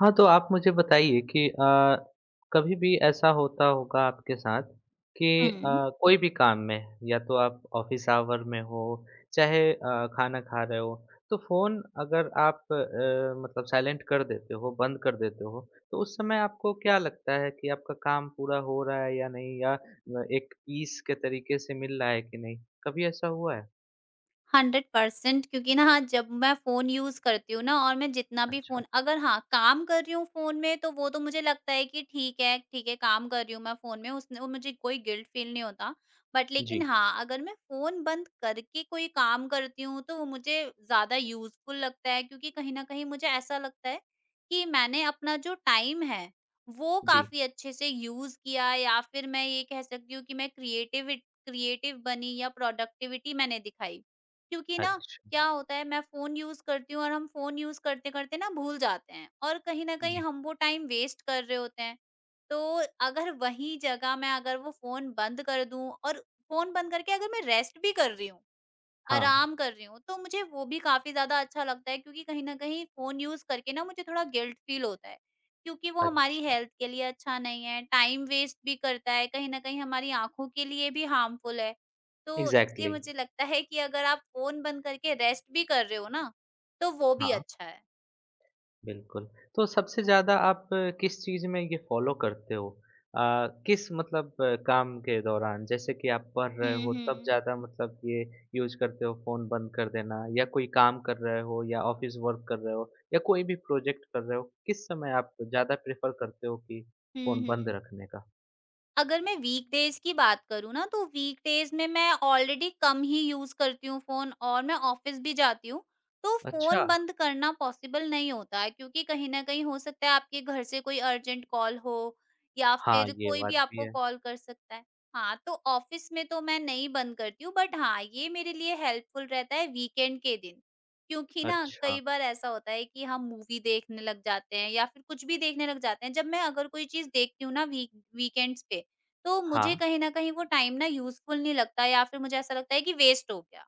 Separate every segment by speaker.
Speaker 1: हाँ, तो आप मुझे बताइए कि कभी भी ऐसा होता होगा आपके साथ कि
Speaker 2: Hmm.
Speaker 1: कोई भी काम में या तो आप ऑफ़िस आवर में हो, चाहे खाना खा रहे हो, तो फ़ोन अगर आप मतलब साइलेंट कर देते हो, बंद कर देते हो, तो उस समय आपको क्या लगता है कि आपका काम पूरा हो रहा है या नहीं या एक पीस के तरीके से मिल रहा है कि नहीं? कभी ऐसा हुआ है?
Speaker 2: 100% क्योंकि ना हाँ, जब मैं फ़ोन यूज़ करती हूँ ना और मैं जितना भी
Speaker 1: अच्छा।
Speaker 2: फ़ोन अगर हाँ, काम कर रही हूँ फ़ोन में तो वो तो मुझे लगता है कि ठीक है काम कर रही हूँ मैं फ़ोन में उसने वो मुझे कोई गिल्ट फ़ील नहीं होता। बट
Speaker 1: जी,
Speaker 2: लेकिन हाँ, अगर मैं फ़ोन बंद करके कोई काम करती हूँ तो वो मुझे ज़्यादा यूज़फुल लगता है क्योंकि कहीं न कहीं मुझे ऐसा लगता है कि मैंने अपना जो टाइम है, वो
Speaker 1: जी।
Speaker 2: काफ़ी अच्छे से यूज़ किया या फिर मैं ये कह सकती हूँ कि मैं क्रिएटिव बनी या प्रोडक्टिविटी मैंने दिखाई। क्योंकि ना
Speaker 1: अच्छा।
Speaker 2: क्या होता है मैं फ़ोन यूज़ करती हूँ और हम फ़ोन यूज़ करते-करते ना भूल जाते हैं और कहीं न कहीं
Speaker 1: जी।
Speaker 2: हम वो टाइम वेस्ट कर रहे होते हैं। तो अगर वही जगह मैं अगर वो फ़ोन बंद कर दूँ और फ़ोन बंद करके अगर मैं रेस्ट भी कर रही हूँ,
Speaker 1: हाँ।
Speaker 2: आराम कर रही हूँ, तो मुझे वो भी काफ़ी ज़्यादा अच्छा लगता है क्योंकि कहीं न कहीं फ़ोन यूज़ करके ना मुझे थोड़ा गिल्ट फ़ील होता है, क्योंकि वो हमारी
Speaker 1: अच्छा।
Speaker 2: हेल्थ के लिए अच्छा नहीं है, टाइम वेस्ट भी करता है, कहीं न कहीं हमारी आँखों के लिए भी हार्मफुल है। तो इसलिए
Speaker 1: एग्ज़ैक्टली।
Speaker 2: मुझे लगता है कि अगर आप फ़ोन बंद करके रेस्ट भी कर रहे हो ना, तो वो भी
Speaker 1: हाँ।
Speaker 2: अच्छा है।
Speaker 1: बिल्कुल। तो सबसे ज़्यादा आप किस चीज़ में ये फ़ॉलो करते हो? अ, किस मतलब काम के दौरान? जैसे कि आप पढ़ रहे
Speaker 2: हुँ,
Speaker 1: हो तब
Speaker 2: हुँ।
Speaker 1: ज़्यादा मतलब ये यूज़ करते हो फ़ोन बंद कर देना या कोई काम कर रहे हो या ऑफ़िस वर्क कर रहे हो या कोई भी प्रोजेक्ट कर रहे हो, किस समय आप ज़्यादा प्रेफ़र करते हो कि
Speaker 2: हुँ,
Speaker 1: फ़ोन बंद
Speaker 2: हुँ।
Speaker 1: रखने का?
Speaker 2: अगर मैं वीकडेज़ की बात करूँ ना, तो वीकडेज़ में मैं ऑलरेडी कम ही यूज़ करती हूँ फ़ोन और मैं ऑफ़िस भी जाती हूँ, तो
Speaker 1: अच्छा।
Speaker 2: फ़ोन बंद करना पॉसिबल नहीं होता है क्योंकि कहीं न कहीं हो सकता है आपके घर से कोई अर्जेंट कॉल हो या
Speaker 1: हाँ,
Speaker 2: फिर
Speaker 1: ये
Speaker 2: कोई भी
Speaker 1: बात भी
Speaker 2: आपको
Speaker 1: है।
Speaker 2: कॉल कर सकता है। हाँ, तो ऑफ़िस में तो मैं नहीं बंद करती हूँ बट हाँ, ये मेरे लिए हेल्पफुल रहता है वीकेंड के दिन, क्योंकि ना
Speaker 1: अच्छा।
Speaker 2: कई बार ऐसा होता है कि हम मूवी देखने लग जाते हैं या फिर कुछ भी देखने लग जाते हैं। जब मैं अगर कोई चीज़ देखती हूँ ना वीकेंड्स पे, तो मुझे
Speaker 1: हाँ,
Speaker 2: कहीं न कहीं वो टाइम ना यूज़फुल नहीं लगता या फिर मुझे ऐसा लगता है कि वेस्ट हो गया।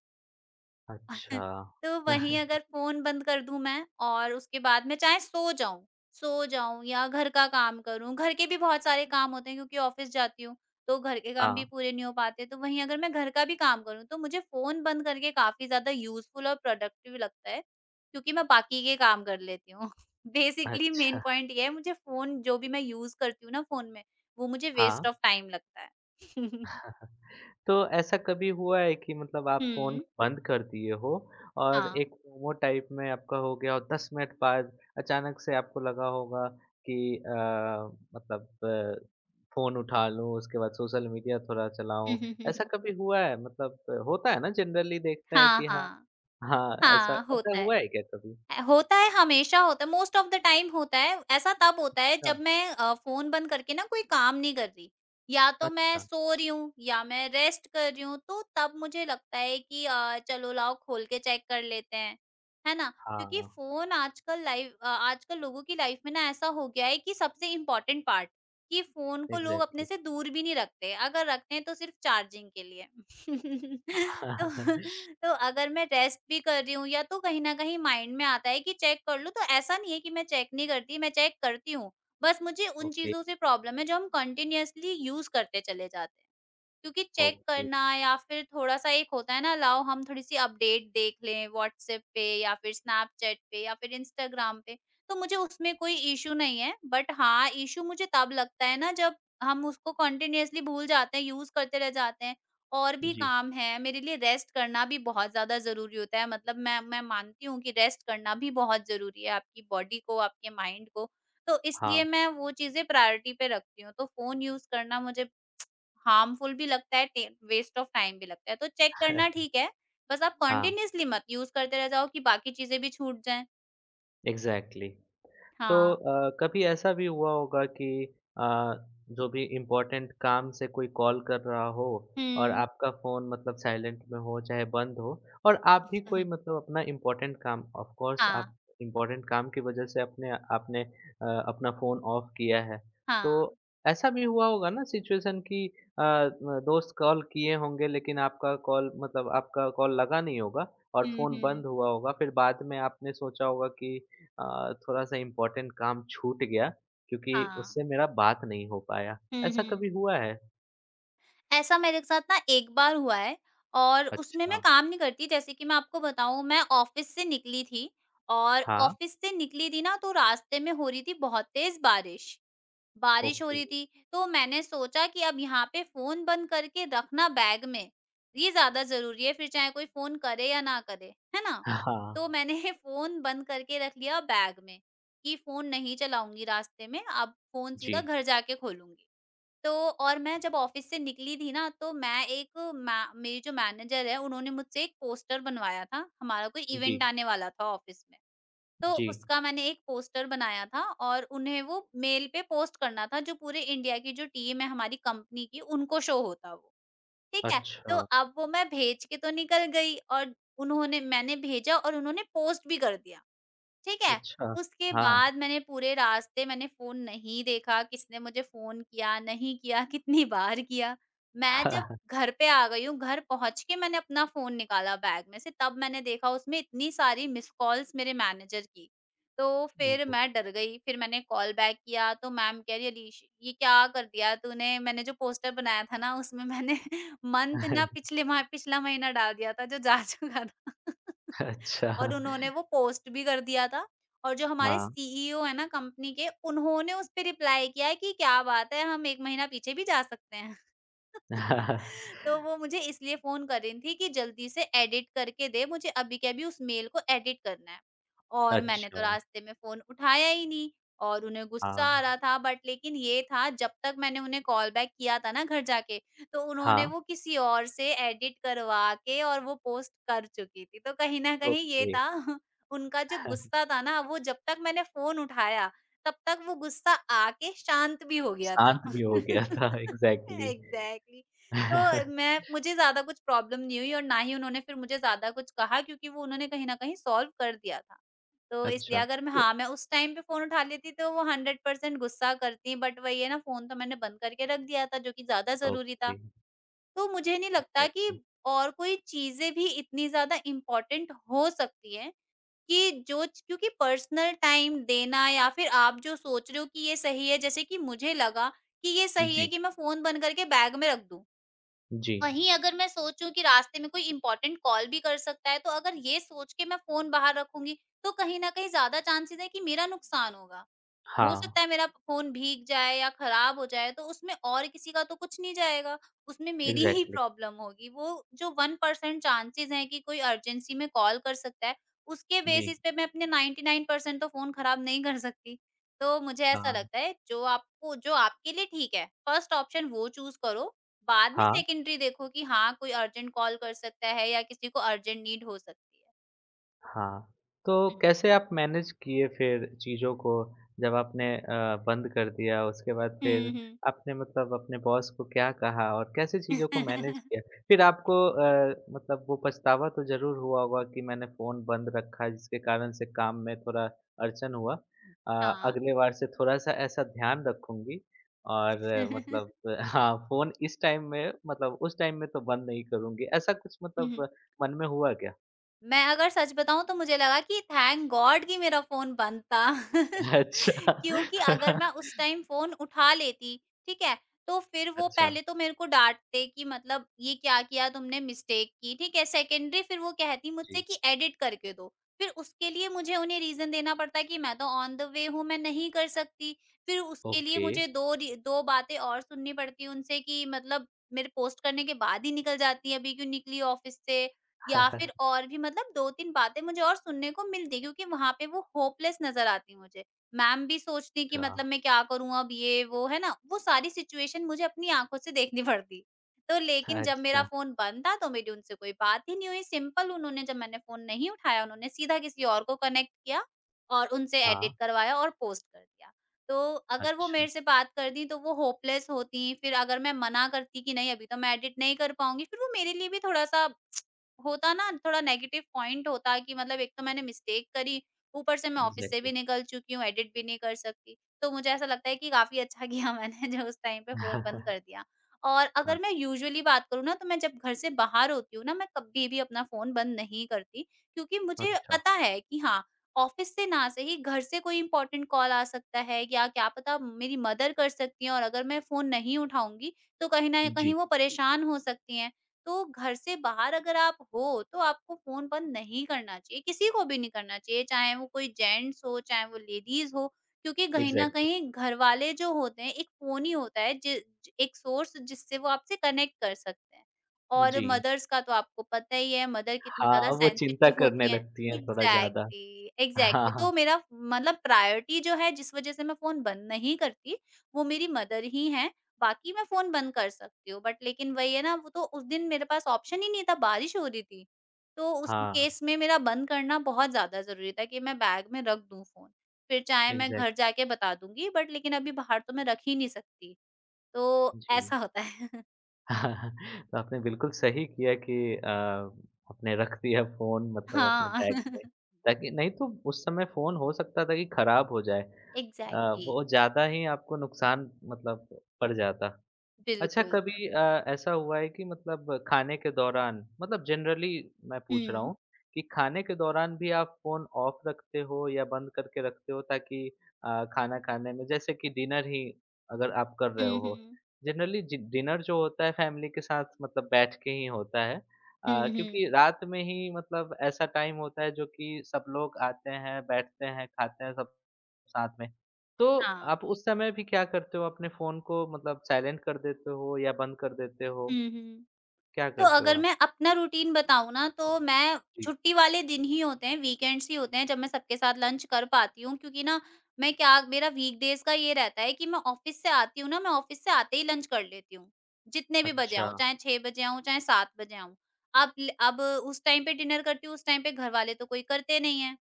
Speaker 1: अच्छा।
Speaker 2: तो वहीं अगर फ़ोन बंद कर दूँ मैं और उसके बाद मैं चाहे सो जाऊँ या घर का काम करूँ, घर के भी बहुत सारे काम होते हैं क्योंकि ऑफ़िस जाती हूँ, तो घर के काम
Speaker 1: हाँ,
Speaker 2: भी पूरे नहीं हो पाते, तो वहीं अगर मैं घर का भी काम करूँ, तो मुझे फ़ोन बंद करके काफ़ी ज़्यादा यूज़फुल और प्रोडक्टिव लगता है, क्योंकि मैं बाकी के काम कर लेती हूँ। बेसिकली मेन
Speaker 1: अच्छा।
Speaker 2: पॉइंट ये है मुझे फ़ोन जो भी मैं यूज़ करती हूँ ना फ़ोन में, वो मुझे वेस्ट
Speaker 1: हाँ।
Speaker 2: ऑफ टाइम लगता है।
Speaker 1: तो ऐसा कभी हुआ है कि मतलब आप फ़ोन
Speaker 2: हुँ,
Speaker 1: बंद कर दिए हो और
Speaker 2: हाँ।
Speaker 1: एक मोमो टाइप में आपका हो गया और 10 मिनट बाद अचानक से आपको लगा होगा कि अ, मतलब फ़ोन उठा लूँ, उसके बाद सोशल मीडिया थोड़ा
Speaker 2: हुँ,
Speaker 1: चलाऊँ,
Speaker 2: हुँ, हुँ,
Speaker 1: ऐसा
Speaker 2: हुँ।
Speaker 1: कभी हुआ है? मतलब होता है ना जनरली देखते हैं
Speaker 2: हाँ,
Speaker 1: कि हाँ
Speaker 2: हाँ।
Speaker 1: हाँ, ऐसा
Speaker 2: हाँ,
Speaker 1: ऐसा
Speaker 2: होता है।
Speaker 1: हुआ है क्या कभी?
Speaker 2: होता है, हमेशा होता है, मोस्ट ऑफ द टाइम होता है। ऐसा तब होता है
Speaker 1: अच्छा,
Speaker 2: जब मैं फ़ोन बंद करके ना कोई काम नहीं कर रही, या तो मैं
Speaker 1: अच्छा,
Speaker 2: सो रही हूँ या मैं रेस्ट कर रही हूँ, तो तब मुझे लगता है कि चलो लाओ खोल के चेक कर लेते हैं, है ना? क्योंकि
Speaker 1: हाँ,
Speaker 2: फ़ोन आजकल आजकल लोगों की लाइफ़ में ना ऐसा हो गया है कि सबसे इम्पोर्टेंट पार्ट, कि फ़ोन को लोग अपने
Speaker 1: एग्ज़ैक्टली
Speaker 2: से दूर भी नहीं रखते, अगर रखते हैं तो सिर्फ़ चार्जिंग के लिए। तो तो अगर मैं रेस्ट भी कर रही हूँ या तो कहीं न कहीं माइंड में आता है कि चेक कर लूँ, तो ऐसा नहीं है कि मैं चेक नहीं करती, मैं चेक करती हूँ। बस मुझे उन
Speaker 1: ओके,
Speaker 2: चीज़ों से प्रॉब्लम है जो हम कंटीन्यूअसली यूज़ करते चले जाते हैं। क्योंकि चेक
Speaker 1: ओके,
Speaker 2: करना या फिर थोड़ा-सा एक होता है ना लाओ हम थोड़ी-सी अपडेट देख लें व्हाट्सएप पे या फिर स्नैपचैट पे या फिर इंस्टाग्राम पे, तो मुझे उसमें कोई इश्यू नहीं है। बट हाँ, इश्यू मुझे तब लगता है ना जब हम उसको कंटीन्यूअसली भूल जाते हैं, यूज़ करते रह जाते हैं। और भी
Speaker 1: जी,
Speaker 2: काम है, मेरे लिए रेस्ट करना भी बहुत ज़्यादा ज़रूरी होता है। मतलब मैं मानती हूँ कि रेस्ट करना भी बहुत ज़रूरी है आपकी बॉडी को, आपके माइंड को। तो
Speaker 1: हाँ,
Speaker 2: इसलिए मैं वो चीज़ें प्रायोरिटी पे रखती हूँ। तो फ़ोन यूज़ करना मुझे हार्मफुल भी लगता है, टे वेस्ट ऑफ टाइम भी लगता है, तो चेक करना ठीक है, बस आप
Speaker 1: हाँ,
Speaker 2: कंटीन्यूअसली मत यूज़ करते रह जाओ कि बाकी चीज़ें भी छूट जाएँ।
Speaker 1: एग्ज़ैक्टली। तो
Speaker 2: हाँ,
Speaker 1: कभी ऐसा भी हुआ होगा कि अ, जो भी इम्पोर्टेंट काम से कोई कॉल कर रहा हो और
Speaker 2: हुँ।
Speaker 1: आपका फ़ोन मतलब साइलेंट में हो चाहे बंद हो और आप भी कोई मतलब अपना इम्पोर्टेंट काम ऑफ़ कोर्स
Speaker 2: हाँ,
Speaker 1: आप इम्पोर्टेंट काम की वजह से अपने आपने अपना फ़ोन ऑफ़ किया है।
Speaker 2: हाँ,
Speaker 1: तो ऐसा भी हुआ होगा ना सिचुएशन कि अ, म दोस्त कॉल किए होंगे लेकिन आपका कॉल मतलब आपका कॉल लगा नहीं होगा और
Speaker 2: हुँ,
Speaker 1: फ़ोन
Speaker 2: हुँ,
Speaker 1: बंद हुआ होगा। फिर बाद में आपने सोचा होगा कि थोड़ा-सा इम्पोर्टेंट काम छूट गया क्योंकि
Speaker 2: हाँ,
Speaker 1: उससे मेरा बात नहीं हो पाया।
Speaker 2: हुँ,
Speaker 1: ऐसा
Speaker 2: हुँ।
Speaker 1: कभी हुआ है?
Speaker 2: ऐसा मेरे साथ ना एक बार हुआ है और उसमें
Speaker 1: अच्छा।
Speaker 2: मैं काम नहीं करती, जैसे कि मैं आपको बताऊँ मैं ऑफ़िस से निकली थी और
Speaker 1: हाँ,
Speaker 2: ऑफ़िस से निकली थी ना तो रास्ते में हो रही थी बहुत तेज़ बारिश। बारिश हो
Speaker 1: ओके।
Speaker 2: रही थी, तो मैंने सोचा कि अब यहाँ पे फ़ोन बंद करके रखना बैग में, ये ज़्यादा ज़रूरी है, फिर चाहे कोई फ़ोन करे या ना करे, है ना?
Speaker 1: हाँ,
Speaker 2: तो मैंने फ़ोन बंद करके रख लिया बैग में, कि फ़ोन नहीं चलाऊँगी रास्ते में, अब फ़ोन सीधा
Speaker 1: जी,
Speaker 2: घर जाके खोलूँगी। तो और मैं जब ऑफ़िस से निकली थी ना, तो मैं एक मै मेरी जो मैनेजर है, उन्होंने मुझसे एक पोस्टर बनवाया था, हमारा कोई
Speaker 1: जी,
Speaker 2: इवेंट आने वाला था ऑफ़िस में। तो
Speaker 1: जी।
Speaker 2: उसका मैंने एक पोस्टर बनाया था और उन्हें वो मेल पे पोस्ट करना था, जो पूरे इंडिया की जो टीम है हमारी कंपनी की उनको शो होता वो, ठीक है? तो
Speaker 1: अच्छा,
Speaker 2: अब वो मैं भेज के तो निकल गई और उन्होंने मैंने भेजा और उन्होंने पोस्ट भी कर दिया। ठीक है?
Speaker 1: अच्छा।
Speaker 2: उसके
Speaker 1: हाँ।
Speaker 2: बाद मैंने पूरे रास्ते मैंने फ़ोन नहीं देखा, किसने मुझे फ़ोन किया, नहीं किया, कितनी बार किया। मैं जब घर पे आ गई हूँ, घर पहुँच के मैंने अपना फ़ोन निकाला बैग में से, तब मैंने देखा उसमें इतनी सारी मिस्ड कॉल्स मेरे मैनेजर की। तो फिर
Speaker 1: ओह!
Speaker 2: मैं डर गई, फिर मैंने कॉल बैक किया, तो मैम कह रही, "अलीश, ये क्या कर दिया तूने? मैंने जो पोस्टर बनाया था ना, उसमें मैंने मंथ ना पिछले माह पिछला महीना डाल दिया था, जो जा चुका था।"
Speaker 1: अच्छा,
Speaker 2: और उन्होंने वो पोस्ट भी कर दिया था और जो हमारे
Speaker 1: हाँ।
Speaker 2: सीईओ हैं ना कंपनी के, उन्होंने उस पे रिप्लाई किया है कि क्या बात है! हम 1 महीना पीछे भी जा सकते हैं। तो वो मुझे इसलिए फ़ोन कर रही थी कि जल्दी से एडिट करके दे, मुझे अभी के अभी उस मेल को एडिट करना है। और मैंने तो
Speaker 1: अच्छा,
Speaker 2: रास्ते में फ़ोन उठाया ही नहीं और उन्हें गुस्सा आ
Speaker 1: हाँ,
Speaker 2: रहा था बट लेकिन ये था जब तक मैंने उन्हें कॉल बैक किया था ना घर जाके, तो उन्होंने
Speaker 1: हाँ,
Speaker 2: वो किसी और से एडिट करवा के और वो पोस्ट कर चुकी थी। तो कहीं न कहीं ये
Speaker 1: ओके।
Speaker 2: था। उनका जो गुस्सा था ना वो जब तक मैंने फ़ोन उठाया, तब तक वो गुस्सा आके शांत भी हो गया था।
Speaker 1: शांत भी हो गया था एग्ज़ैक्टली।
Speaker 2: एग्ज़ैक्टली तो मैं मुझे ज़्यादा कुछ प्रॉब्लम नहीं हुई और ना ही उन्होंने फिर मुझे ज़्यादा कुछ कहा क्योंकि वो उन्होंने कहीं न कहीं सॉल्व कर दिया था। तो इसलिए
Speaker 1: अच्छा,
Speaker 2: अगर मैं
Speaker 1: तो
Speaker 2: हाँ, मैं उस टाइम पे फ़ोन उठा लेती तो वो 100% गुस्सा करतीं बट वही है ना फ़ोन तो मैंने बंद करके रख दिया था जो कि ज़्यादा ज़रूरी था।
Speaker 1: ओके,
Speaker 2: तो मुझे नहीं लगता कि
Speaker 1: एग्ज़ैक्टली।
Speaker 2: और कोई चीज़ें भी इतनी ज़्यादा इम्पोर्टेंट हो सकती हैं कि जो च क्योंकि पर्सनल टाइम देना या फिर आप जो सोच रहे हो कि ये सही है, जैसे कि मुझे लगा कि ये सही है
Speaker 1: जी,
Speaker 2: कि मैं फ़ोन बंद करके बैग में रख दूँ।
Speaker 1: जी।
Speaker 2: वहीं अगर मैं सोचूँ कि रास्ते में कोई इम्पोर्टेंट कॉल भी कर सकता है, तो अगर ये सोच के मैं फ़ोन बाहर रखूँगी, तो कहीं न कहीं ज़्यादा चांसेज़ है कि मेरा नुकसान होगा। हो
Speaker 1: हाँ,
Speaker 2: सकता है मेरा फ़ोन भीग जाए या खराब हो जाए, तो उसमें और किसी का तो कुछ नहीं जाएगा, उसमें मेरी ही
Speaker 1: एग्ज़ैक्टली।
Speaker 2: प्रॉब्लम होगी। वो जो 1% चांसेज़ हैं कि कोई अर्जेंसी में कॉल कर सकता है, उसके
Speaker 1: जी।
Speaker 2: बेसिस पे मैं अपने 99% तो फ़ोन खराब नहीं कर सकती। तो मुझे ऐसा
Speaker 1: हाँ,
Speaker 2: लगता है, जो आपको जो आपके लिए ठीक है, फर्स्ट ऑप्शन वो चूज़ करो बाद में
Speaker 1: हाँ,
Speaker 2: सेकेंडरी देखो कि हाँ, कोई अर्जेंट कॉल कर सकता है या किसी को अर्जेंट नीड हो सकती है।
Speaker 1: हाँ। तो
Speaker 2: हुँ।
Speaker 1: कैसे आप मैनेज किए फिर चीज़ों को जब आपने बंद कर दिया उसके बाद फिर
Speaker 2: हुँ, हुँ।
Speaker 1: आपने मतलब अपने बॉस को क्या कहा और कैसे चीज़ों को मैनेज किया? फिर आपको मतलब वो पछतावा तो ज़रूर हुआ होगा कि मैंने फ़ोन बंद रखा जिसके कारण से काम में थोड़ा अड़चन हुआ।
Speaker 2: हाँ।
Speaker 1: अगली बार से थोड़ा-सा ऐसा ध्यान रखूँगी और मतलब हाँ, फ़ोन इस टाइम में मतलब उस टाइम में तो बंद नहीं करूँगी। ऐसा कुछ
Speaker 2: हुँ,
Speaker 1: मतलब
Speaker 2: हुँ।
Speaker 1: मन में हुआ क्या?
Speaker 2: मैं अगर सच बताऊँ तो मुझे लगा कि थैंक गॉड कि मेरा फ़ोन बंद था।
Speaker 1: अच्छा।
Speaker 2: क्योंकि अगर मैं उस टाइम फ़ोन उठा लेती, ठीक है? तो फिर वो
Speaker 1: अच्छा,
Speaker 2: पहले तो मेरे को डाँटते कि मतलब ये क्या किया तुमने मिस्टेक की, ठीक है? सेकेंडरी फिर वो कहती मुझसे
Speaker 1: जी,
Speaker 2: कि एडिट करके दो। फिर उसके लिए मुझे उन्हें रीज़न देना पड़ता है कि मैं तो ऑन द वे हूँ, मैं नहीं कर सकती। फिर उसके लिए
Speaker 1: ओके।
Speaker 2: मुझे 2 बातें और सुननी पड़ती हैं उनसे कि मतलब मेरे पोस्ट करने के बाद ही निकल जाती है, अभी क्यों निकली ऑफ़िस से? या फिर और भी मतलब 2-3 बातें मुझे और सुनने को मिलती क्योंकि वहाँ पे वो होपलेस नज़र आती मुझे। मैम भी सोचती कि
Speaker 1: अच्छा,
Speaker 2: मतलब मैं क्या करूँ अब ये वो, है ना? वो सारी सिचुएशन मुझे अपनी आँखों से देखनी पड़ती। तो लेकिन जब मेरा
Speaker 1: अच्छा,
Speaker 2: फ़ोन बंद था तो मेरी उनसे कोई बात ही नहीं हुई, सिंपल उन्होंने जब मैंने फ़ोन नहीं उठाया उन्होंने सीधा किसी और को कनेक्ट किया और उनसे
Speaker 1: हाँ,
Speaker 2: एडिट करवाया और पोस्ट कर दिया। तो अगर वो
Speaker 1: अच्छा,
Speaker 2: मेरे से बात करतीं तो वो होपलेस होतीं, फिर अगर मैं मना करती कि नहीं अभी तो मैं एडिट नहीं कर पाऊँगी, फिर वो मेरे लिए भी थोड़ा-सा होता ना थोड़ा नेगेटिव पॉइंट होता कि मतलब एक तो मैंने मिस्टेक करी, ऊपर से मैं ऑफिस से
Speaker 1: एग्ज़ैक्टली।
Speaker 2: भी निकल चुकी हूँ, एडिट भी नहीं कर सकती। तो मुझे ऐसा लगता है कि काफ़ी अच्छा किया मैंने जो उस टाइम पे फ़ोन बंद कर दिया। और
Speaker 1: हाँ,
Speaker 2: अगर मैं यूजुअली बात करूँ ना तो मैं जब घर से बाहर होती हूँ ना, मैं कभी भी अपना फ़ोन बंद नहीं करती क्योंकि मुझे
Speaker 1: अच्छा,
Speaker 2: पता है कि हाँ, ऑफिस से ना सही घर से कोई इम्पोर्टेंट कॉल आ सकता है या क्या पता मेरी मदर कर सकती हैं और अगर मैं फ़ोन नहीं उठाऊँगी, तो कहीं न कहीं
Speaker 1: जी,
Speaker 2: वो परेशान हो सकती हैं। तो घर से बाहर अगर आप हो, तो आपको फ़ोन बंद नहीं करना चाहिए, किसी को भी नहीं करना चाहिए, चाहे वो कोई जेंट्स हो, चाहे वो लेडीज़ हो, क्योंकि कहीं न
Speaker 1: एग्ज़ैक्टली,
Speaker 2: कहीं घरवाले जो होते हैं, एक फ़ोन ही होता है जि ज एक सोर्स जिससे वो आपसे कनेक्ट कर सकते हैं। और
Speaker 1: जी।
Speaker 2: मदर्स का तो आपको पता ही है, मदर कितनी
Speaker 1: हाँ,
Speaker 2: ज़्यादा
Speaker 1: वो चिंता
Speaker 2: सेंसिटिव
Speaker 1: करने
Speaker 2: होती हैं।
Speaker 1: लगती हैं थोड़ा ज़्यादा।
Speaker 2: एग्ज़ैक्टली,
Speaker 1: हाँ,
Speaker 2: एग्ज़ैक्टली
Speaker 1: हाँ,
Speaker 2: तो मेरा मतलब प्रायोरिटी जो है, जिस वज़ह से मैं फ़ोन बंद नहीं करती, वो मेरी मदर ही हैं। बाकी मैं फ़ोन बंद कर सकती हूँ बट लेकिन वही है ना वो तो उस दिन मेरे पास ऑप्शन ही नहीं था, बारिश हो रही थी। तो उस
Speaker 1: हाँ,
Speaker 2: केस में मेरा बंद करना बहुत ज़्यादा ज़रूरी था कि मैं बैग में रख दूँ फ़ोन। फिर चाहे मैं
Speaker 1: एग्ज़ैक्ट
Speaker 2: घर जाके बता दूँगी बट लेकिन अभी बाहर तो मैं रख ही नहीं सकती। तो
Speaker 1: जी।
Speaker 2: ऐसा होता है।
Speaker 1: हाँ, तो आपने बिल्कुल सही किया कि आपने रख दिया फ़ोन मतलब अपने
Speaker 2: हाँ।
Speaker 1: बैग में, ताकि नहीं तो उस समय फ़ोन हो सकता था कि खराब हो जाए।
Speaker 2: एग्ज़ैक्टली
Speaker 1: बहुत ज़्यादा ही आपको नुकसान मतलब पड़ जाता। अच्छा
Speaker 2: बिल्कुल।
Speaker 1: कभी ऐसा हुआ है कि मतलब खाने के दौरान मतलब जनरली मैं पूछ रहा
Speaker 2: हुँ।
Speaker 1: हूँ कि खाने के दौरान भी आप फ़ोन ऑफ रखते हो या बंद करके रखते हो ताकि खाना खाने में जैसे कि डिनर ही अगर आप कर रहे
Speaker 2: हुँ,
Speaker 1: हो
Speaker 2: हुँ।
Speaker 1: जनरली जि डिनर जो होता है फैमिली के साथ मतलब बैठ के ही होता है
Speaker 2: हुँ,
Speaker 1: क्योंकि
Speaker 2: हुँ।
Speaker 1: रात में ही मतलब ऐसा टाइम होता है जो कि सब लोग आते हैं, बैठते हैं, खाते हैं सब साथ में। तो
Speaker 2: हाँ।
Speaker 1: आप उस समय भी क्या करते हो? अपने फ़ोन को मतलब साइलेंट कर देते हो या बंद कर देते हो?
Speaker 2: हुँ, हुँ।
Speaker 1: क्या
Speaker 2: तो
Speaker 1: करते हो
Speaker 2: अगर
Speaker 1: आप?
Speaker 2: मैं अपना रूटीन बताऊँ ना, तो मैं
Speaker 1: जी।
Speaker 2: छुट्टी वाले दिन ही होते हैं, वीकेंड्स ही होते हैं जब मैं सबके साथ लंच कर पाती हूँ क्योंकि ना मैं क्या मेरा वीकडेज़ का ये रहता है कि मैं ऑफ़िस से आती हूँ ना, मैं ऑफ़िस से आते ही लंच कर लेती हूँ, जितने भी बजे
Speaker 1: अच्छा।
Speaker 2: आऊँ, चाहे 6 बजे आऊँ, चाहे 7 बजे आऊँ। अब उस टाइम पे डिनर करती हूँ, उस टाइम पे घरवाले तो कोई करते नहीं है।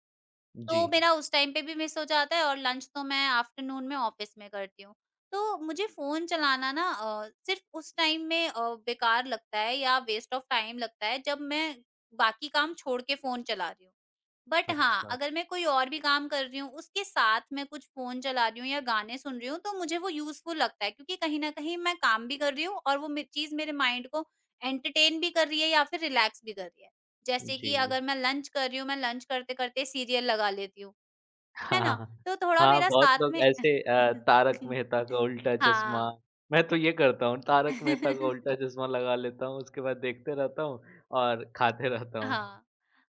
Speaker 1: जी।
Speaker 2: तो मेरा उस टाइम पे भी मिस हो जाता है और लंच तो मैं आफ्टरनून में ऑफिस में करती हूँ। तो मुझे फ़ोन चलाना ना सिर्फ़ उस टाइम में बेकार लगता है या वेस्ट ऑफ टाइम लगता है जब मैं बाकी काम छोड़ के फ़ोन चला रही हूँ। बट हाँ,
Speaker 1: अच्छा।
Speaker 2: अगर मैं कोई और भी काम कर रही हूँ, उसके साथ मैं कुछ फ़ोन चला रही हूँ या गाने सुन रही हूँ, तो मुझे वो यूज़फुल लगता है क्योंकि कहीं न कहीं मैं काम भी कर रही हूँ और वो मे चीज़ मेरे माइंड को एंटरटेन भी कर रही है या फिर रिलैक्स भी कर रही है। जैसे
Speaker 1: जी।
Speaker 2: कि अगर मैं लंच कर रही हूँ, मैं लंच करते-करते सीरियल लगा लेती हूँ, है
Speaker 1: हाँ।
Speaker 2: ना? तो थोड़ा
Speaker 1: हाँ,
Speaker 2: मेरा
Speaker 1: बहुत
Speaker 2: साथ
Speaker 1: लोग
Speaker 2: में
Speaker 1: ऐसे तारक मेहता का उल्टा चश्मा
Speaker 2: हाँ।
Speaker 1: मैं तो ये करता हूँ, तारक मेहता का उल्टा चश्मा लगा लेता हूँ, उसके बाद देखते रहता हूँ और खाते रहता हूँ।
Speaker 2: हाँ,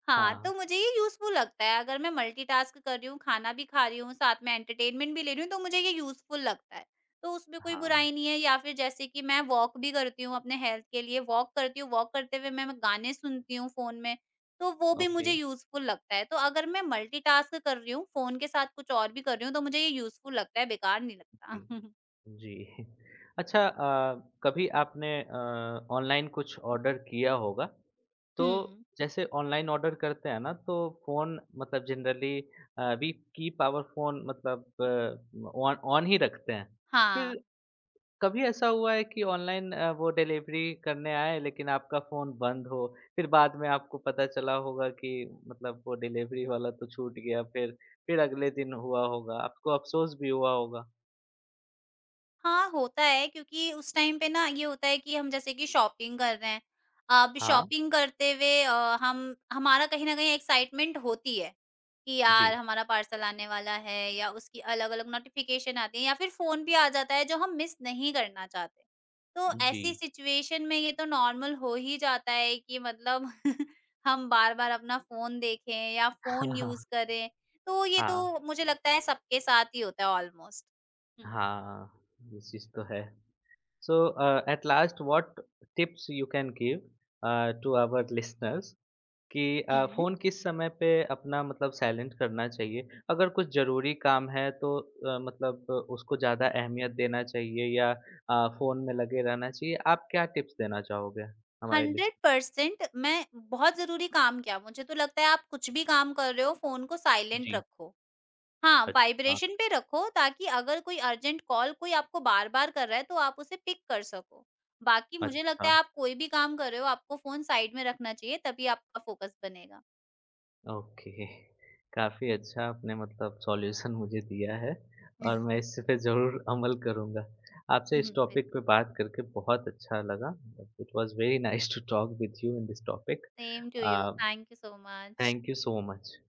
Speaker 2: हाँ,
Speaker 1: हाँ।
Speaker 2: तो मुझे ये यूज़फुल लगता है अगर मैं मल्टीटास्क कर रही हूँ, खाना भी खा रही हूँ, साथ में एंटरटेनमेंट भी ले रही हूँ, तो मुझे ये यूज़फुल लगता है। तो उसमें कोई
Speaker 1: हाँ।
Speaker 2: बुराई नहीं है या फिर जैसे कि मैं वॉक भी करती हूँ अपने हेल्थ के लिए, वॉक करती हूँ, वॉक करते हुए मैं गाने सुनती हूँ फ़ोन में, तो वो भी
Speaker 1: ओके।
Speaker 2: मुझे यूज़फुल लगता है। तो अगर मैं मल्टीटास्क कर रही हूँ, फ़ोन के साथ कुछ और भी कर रही हूँ, तो मुझे ये यूज़फुल लगता है, बेकार नहीं
Speaker 1: जी,
Speaker 2: लगता।
Speaker 1: जी। अच्छा कभी आपने ऑनलाइन कुछ ऑर्डर किया होगा, तो
Speaker 2: हुँ।
Speaker 1: जैसे ऑनलाइन ऑर्डर करते हैं ना तो फ़ोन मतलब generally we keep our phone मतलब ऑन ऑन ही रखते हैं। फिर
Speaker 2: हाँ,
Speaker 1: कभी ऐसा हुआ है कि ऑनलाइन वो डिलीवरी करने आए लेकिन आपका फ़ोन बंद हो, फिर बाद में आपको पता चला होगा कि मतलब वो डिलीवरी वाला तो छूट गया फिर अगले दिन हुआ होगा, आपको अफ़सोस भी हुआ होगा?
Speaker 2: हाँ, होता है क्योंकि उस टाइम पे ना ये होता है कि हम जैसे कि शॉपिंग कर रहे हैं। अब
Speaker 1: हाँ।
Speaker 2: शॉपिंग करते हुए हम हमारा कहीं न कहीं एक्साइटमेंट होती है, कि यार
Speaker 1: जी,
Speaker 2: हमारा पार्सल आने वाला है या उसकी अलग-अलग नोटिफ़िकेशन आती है या फिर फ़ोन भी आ जाता है जो हम मिस नहीं करना चाहते। तो
Speaker 1: जी।
Speaker 2: ऐसी सिचुएशन में ये तो नॉर्मल हो ही जाता है कि मतलब हम बार-बार अपना फ़ोन देखें या फ़ोन
Speaker 1: हाँ,
Speaker 2: यूज़ करें। तो ये
Speaker 1: हाँ,
Speaker 2: तो मुझे लगता है सबके साथ ही होता है ऑलमोस्ट। हुँ,
Speaker 1: हाँ,
Speaker 2: हुँ।
Speaker 1: हाँ, ये चीज़ तो है। So, at last what tips you can give to our listeners कि
Speaker 2: हुँ।
Speaker 1: फ़ोन किस समय पे अपना मतलब साइलेंट करना चाहिए? अगर कुछ ज़रूरी काम है तो मतलब उसको ज़्यादा अहमियत देना चाहिए या फ़ोन में लगे रहना चाहिए? आप क्या टिप्स देना चाहोगे हमारे लिस्ट
Speaker 2: 100% मैं बहुत ज़रूरी काम क्या, मुझे तो लगता है आप कुछ भी काम कर रहे हो फ़ोन को साइलेंट
Speaker 1: जी,
Speaker 2: रखो। हाँ,
Speaker 1: अच्छा,
Speaker 2: वाइब्रेशन पे रखो ताकि अगर कोई अर्जेंट कॉल कोई आपको बार-बार कर रहा है तो आप उसे पिक कर सको। बाकी मुझे लगता
Speaker 1: अच्छा।
Speaker 2: है आप कोई भी काम कर रहे हो आपको फ़ोन साइड में रखना चाहिए तभी आपका फ़ोकस बनेगा।
Speaker 1: ओके। काफ़ी
Speaker 2: हुँ।
Speaker 1: अच्छा आपने मतलब सॉल्यूशन मुझे दिया है और मैं इस पे ज़रूर अमल करूँगा। आपसे इस
Speaker 2: बिल्कुल,
Speaker 1: टॉपिक पे बात करके बहुत अच्छा लगा। It was very nice to talk with you in this topic.
Speaker 2: Same to
Speaker 1: uh,
Speaker 2: you, thank you so much.
Speaker 1: Thank you so much.